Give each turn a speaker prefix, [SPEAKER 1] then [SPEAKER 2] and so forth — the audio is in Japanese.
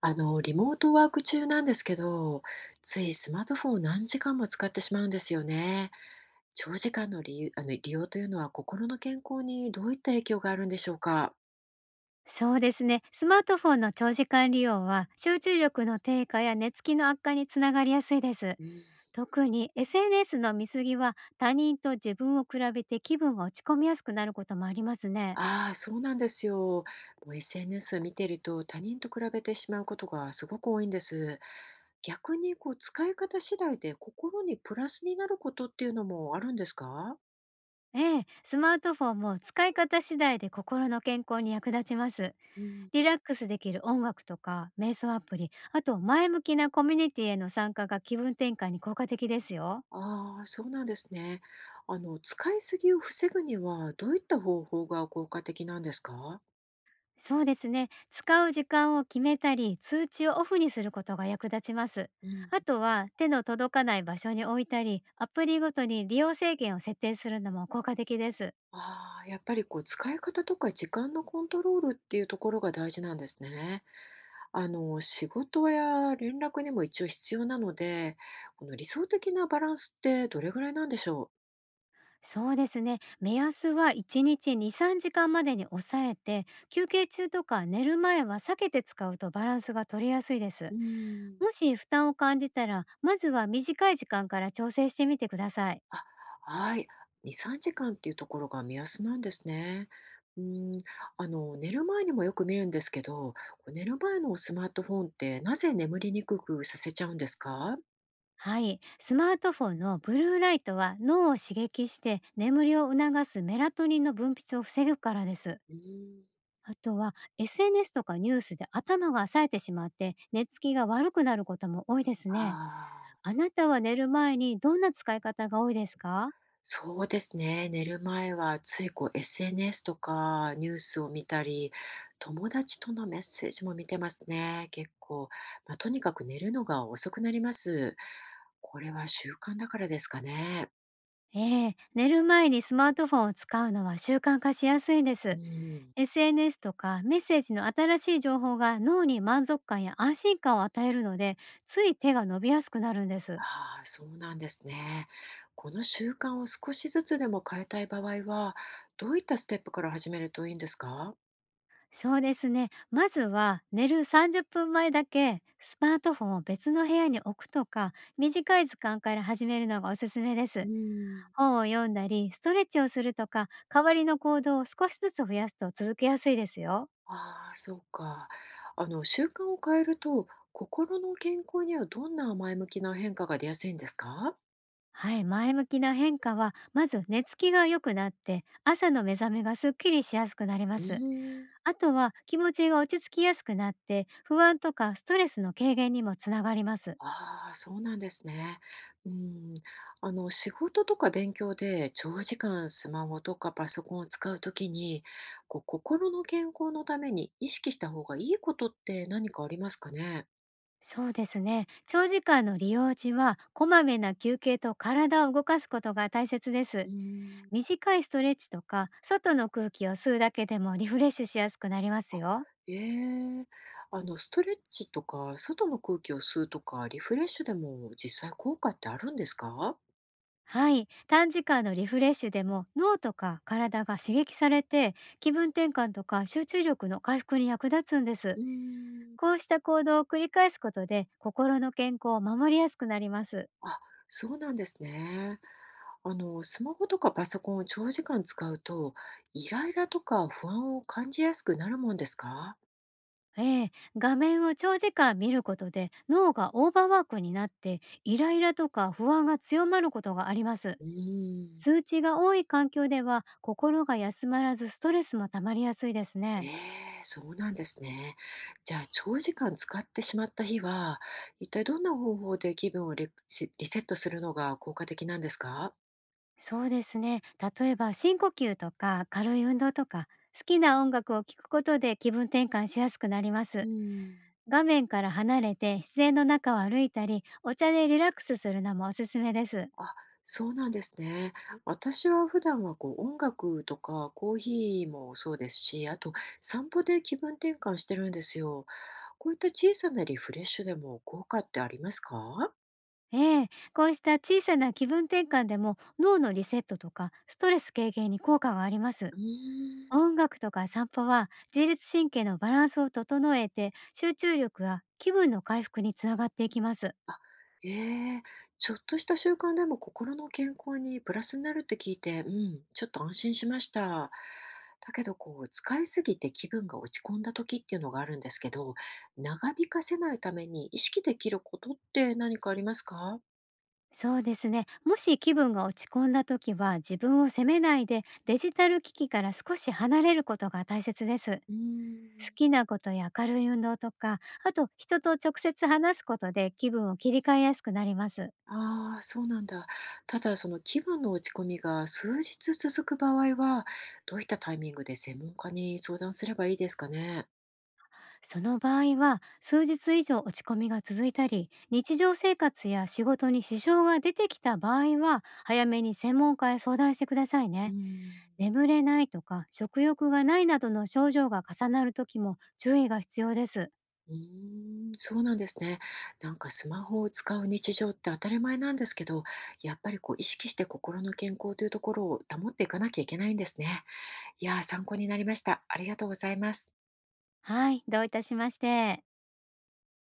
[SPEAKER 1] リモートワーク中なんですけど、ついスマートフォンを何時間も使ってしまうんですよね。長時間の理由、あの、利用というのは心の健康にどういった影響があるんでしょうか。
[SPEAKER 2] そうですね。スマートフォンの長時間利用は集中力の低下や寝つきの悪化につながりやすいです。
[SPEAKER 1] うん。
[SPEAKER 2] 特に SNS の見過ぎは他人と自分を比べて気分が落ち込みやすくなることもありますね。
[SPEAKER 1] ああ、そうなんですよ。もう SNS を見てると他人と比べてしまうことがすごく多いんです。逆にこう使い方次第で心にプラスになることっていうのもあるんですか？
[SPEAKER 2] ええ、スマートフォンも使い方次第で心の健康に役立ちます。
[SPEAKER 1] うん。
[SPEAKER 2] リラックスできる音楽とか瞑想アプリ、あと前向きなコミュニティへの参加が気分転換に効果的ですよ。
[SPEAKER 1] ああ、そうなんですね。使いすぎを防ぐには、どういった方法が効果的なんですか？
[SPEAKER 2] そうですね。使う時間を決めたり、通知をオフにすることが役立ちます。
[SPEAKER 1] うん。
[SPEAKER 2] あとは手の届かない場所に置いたり、アプリごとに利用制限を設定するのも効果的です。
[SPEAKER 1] ああ、やっぱりこう使い方とか時間のコントロールっていうところが大事なんですね。仕事や連絡にも一応必要なので、この理想的なバランスってどれぐらいなんでしょ
[SPEAKER 2] そうですね。目安は1日2、3時間までに抑えて、休憩中とか寝る前は避けて使うとバランスが取りやすいです。
[SPEAKER 1] う？うん。
[SPEAKER 2] もし負担を感じたら、まずは短い時間から調整してみてください。
[SPEAKER 1] あ、はい。2、3時間っていうところが目安なんですね。うん。寝る前にもよく見るんですけど、こう寝る前のスマートフォンってなぜ眠りにくくさせちゃうんですか？
[SPEAKER 2] はい。スマートフォンのブルーライトは脳を刺激して眠りを促すメラトニンの分泌を防ぐからです。
[SPEAKER 1] うん。
[SPEAKER 2] あとは SNS とかニュースで頭が冴えてしまって寝つきが悪くなることも多いですね。
[SPEAKER 1] ああ、
[SPEAKER 2] あなたは寝る前にどんな使い方が多いですか？
[SPEAKER 1] そうですね。寝る前はついこう SNS とかニュースを見たり、友達とのメッセージも見てますね。結構。まあ、とにかく寝るのが遅くなります。これは習慣だからですかね。
[SPEAKER 2] ええ、寝る前にスマートフォンを使うのは習慣化しやすいんで
[SPEAKER 1] う
[SPEAKER 2] す。
[SPEAKER 1] ん。
[SPEAKER 2] SNS とかメッセージの新しい情報が脳に満足感や安心感を与えるので、つい手が伸びやすくなるんです。
[SPEAKER 1] ああ、そうなんですね。この習慣を少しずつでも変えたい場合は、どういったステップから始めるといいんですか？
[SPEAKER 2] そうですね。まずは寝る30分前だけスマートフォンを別の部屋に置くとか、短い時間から始めるのがおすすめで
[SPEAKER 1] う
[SPEAKER 2] す。
[SPEAKER 1] ん。
[SPEAKER 2] 本を読んだり、ストレッチをするとか、代わりの行動を少しずつ増やすと続けやすいですよ。
[SPEAKER 1] ああ、そうか。習慣を変えると、心の健康にはどんな前向きな変化が出やすいんですか？
[SPEAKER 2] はい、前向きな変化は、まず寝つきが良くなって、朝の目覚めがすっきりしやすくなりま
[SPEAKER 1] う
[SPEAKER 2] す。
[SPEAKER 1] ーん。
[SPEAKER 2] あとは気持ちが落ち着きやすくなって、不安とかストレスの軽減にもつながります。
[SPEAKER 1] ああ、そうなんですね。うん。仕事とか勉強で長時間スマホとかパソコンを使うときに、こう、心の健康のために意識した方がいいことって何かありますかね？
[SPEAKER 2] そうですね。長時間の利用時は、こまめな休憩と体を動かすことが大切で
[SPEAKER 1] う
[SPEAKER 2] す。
[SPEAKER 1] ん。
[SPEAKER 2] 短いストレッチとか、外の空気を吸うだけでもリフレッシュしやすくなります
[SPEAKER 1] あ、
[SPEAKER 2] よ。
[SPEAKER 1] ええ。ストレッチとか、外の空気を吸うとか、リフレッシュでも実際効果ってあるんですか？
[SPEAKER 2] はい。短時間のリフレッシュでも脳とか体が刺激されて、気分転換とか集中力の回復に役立つんです。
[SPEAKER 1] うん。
[SPEAKER 2] こうした行動を繰り返すことで、心の健康を守りやすくなります。
[SPEAKER 1] あ、そうなんですね。スマホとかパソコンを長時間使うと、イライラとか不安を感じやすくなるもんですか？
[SPEAKER 2] ええ、画面を長時間見ることで脳がオーバーワークになって、イライラとか不安が強まることがあります。
[SPEAKER 1] うーん。
[SPEAKER 2] 数値が多い環境では心が休まらず、ストレスも溜まりやすいです
[SPEAKER 1] え
[SPEAKER 2] ね。
[SPEAKER 1] え、そうなんですね。じゃあ、長時間使ってしまった日は、一体どんな方法で気分をリセットするのが効果的なんですか？
[SPEAKER 2] そうですね。例えば深呼吸とか軽い運動とか、好きな音楽を聴くことで気分転換しやすくなりま
[SPEAKER 1] う
[SPEAKER 2] す。
[SPEAKER 1] ん。
[SPEAKER 2] 画面から離れて自然の中を歩いたり、お茶でリラックスするのもおすすめです。
[SPEAKER 1] あ、そうなんですね。私は普段はこう音楽とかコーヒーもそうですし、あと散歩で気分転換してるんですよ。こういった小さなリフレッシュでも効果ってありますか？
[SPEAKER 2] ええ、こうした小さな気分転換でも脳のリセットとかストレス軽減に効果があります。
[SPEAKER 1] うーん。
[SPEAKER 2] 音楽とか散歩は、自律神経のバランスを整えて集中力や気分の回復につながっていきます。
[SPEAKER 1] あ、ええ、ちょっとした習慣でも心の健康にプラスになるって聞いて、うん、ちょっと安心しました。だけど、こう、使いすぎて気分が落ち込んだ時っていうのがあるんですけど、長引かせないために意識できることって何かありますか？
[SPEAKER 2] そうですね。もし気分が落ち込んだ時は、自分を責めないでデジタル機器から少し離れることが大切です。好
[SPEAKER 1] うーん。
[SPEAKER 2] きなことや明るい運動とか、あと人と直接話すことで気分を切り替えやすくなります。
[SPEAKER 1] ああ、そうなんだ。ただ、その気分の落ち込みが数日続く場合は、どういったタイミングで専門家に相談すればいいですかね？
[SPEAKER 2] その場合は、数日以上落ち込みが続いたり日常生活や仕事に支障が出てきた場合は、早めに専門家へ相談してください
[SPEAKER 1] うー
[SPEAKER 2] ね。
[SPEAKER 1] ん。
[SPEAKER 2] 眠れないとか食欲がないなどの症状が重なる時も注意が必要です。
[SPEAKER 1] うーん、そうなんですね。なんかスマホを使う日常って当たり前なんですけど、やっぱりこう意識して心の健康というところを保っていかなきゃいけないんですね。いやー、参考になりました。ありがとうございます。
[SPEAKER 2] はい、どういたしまして。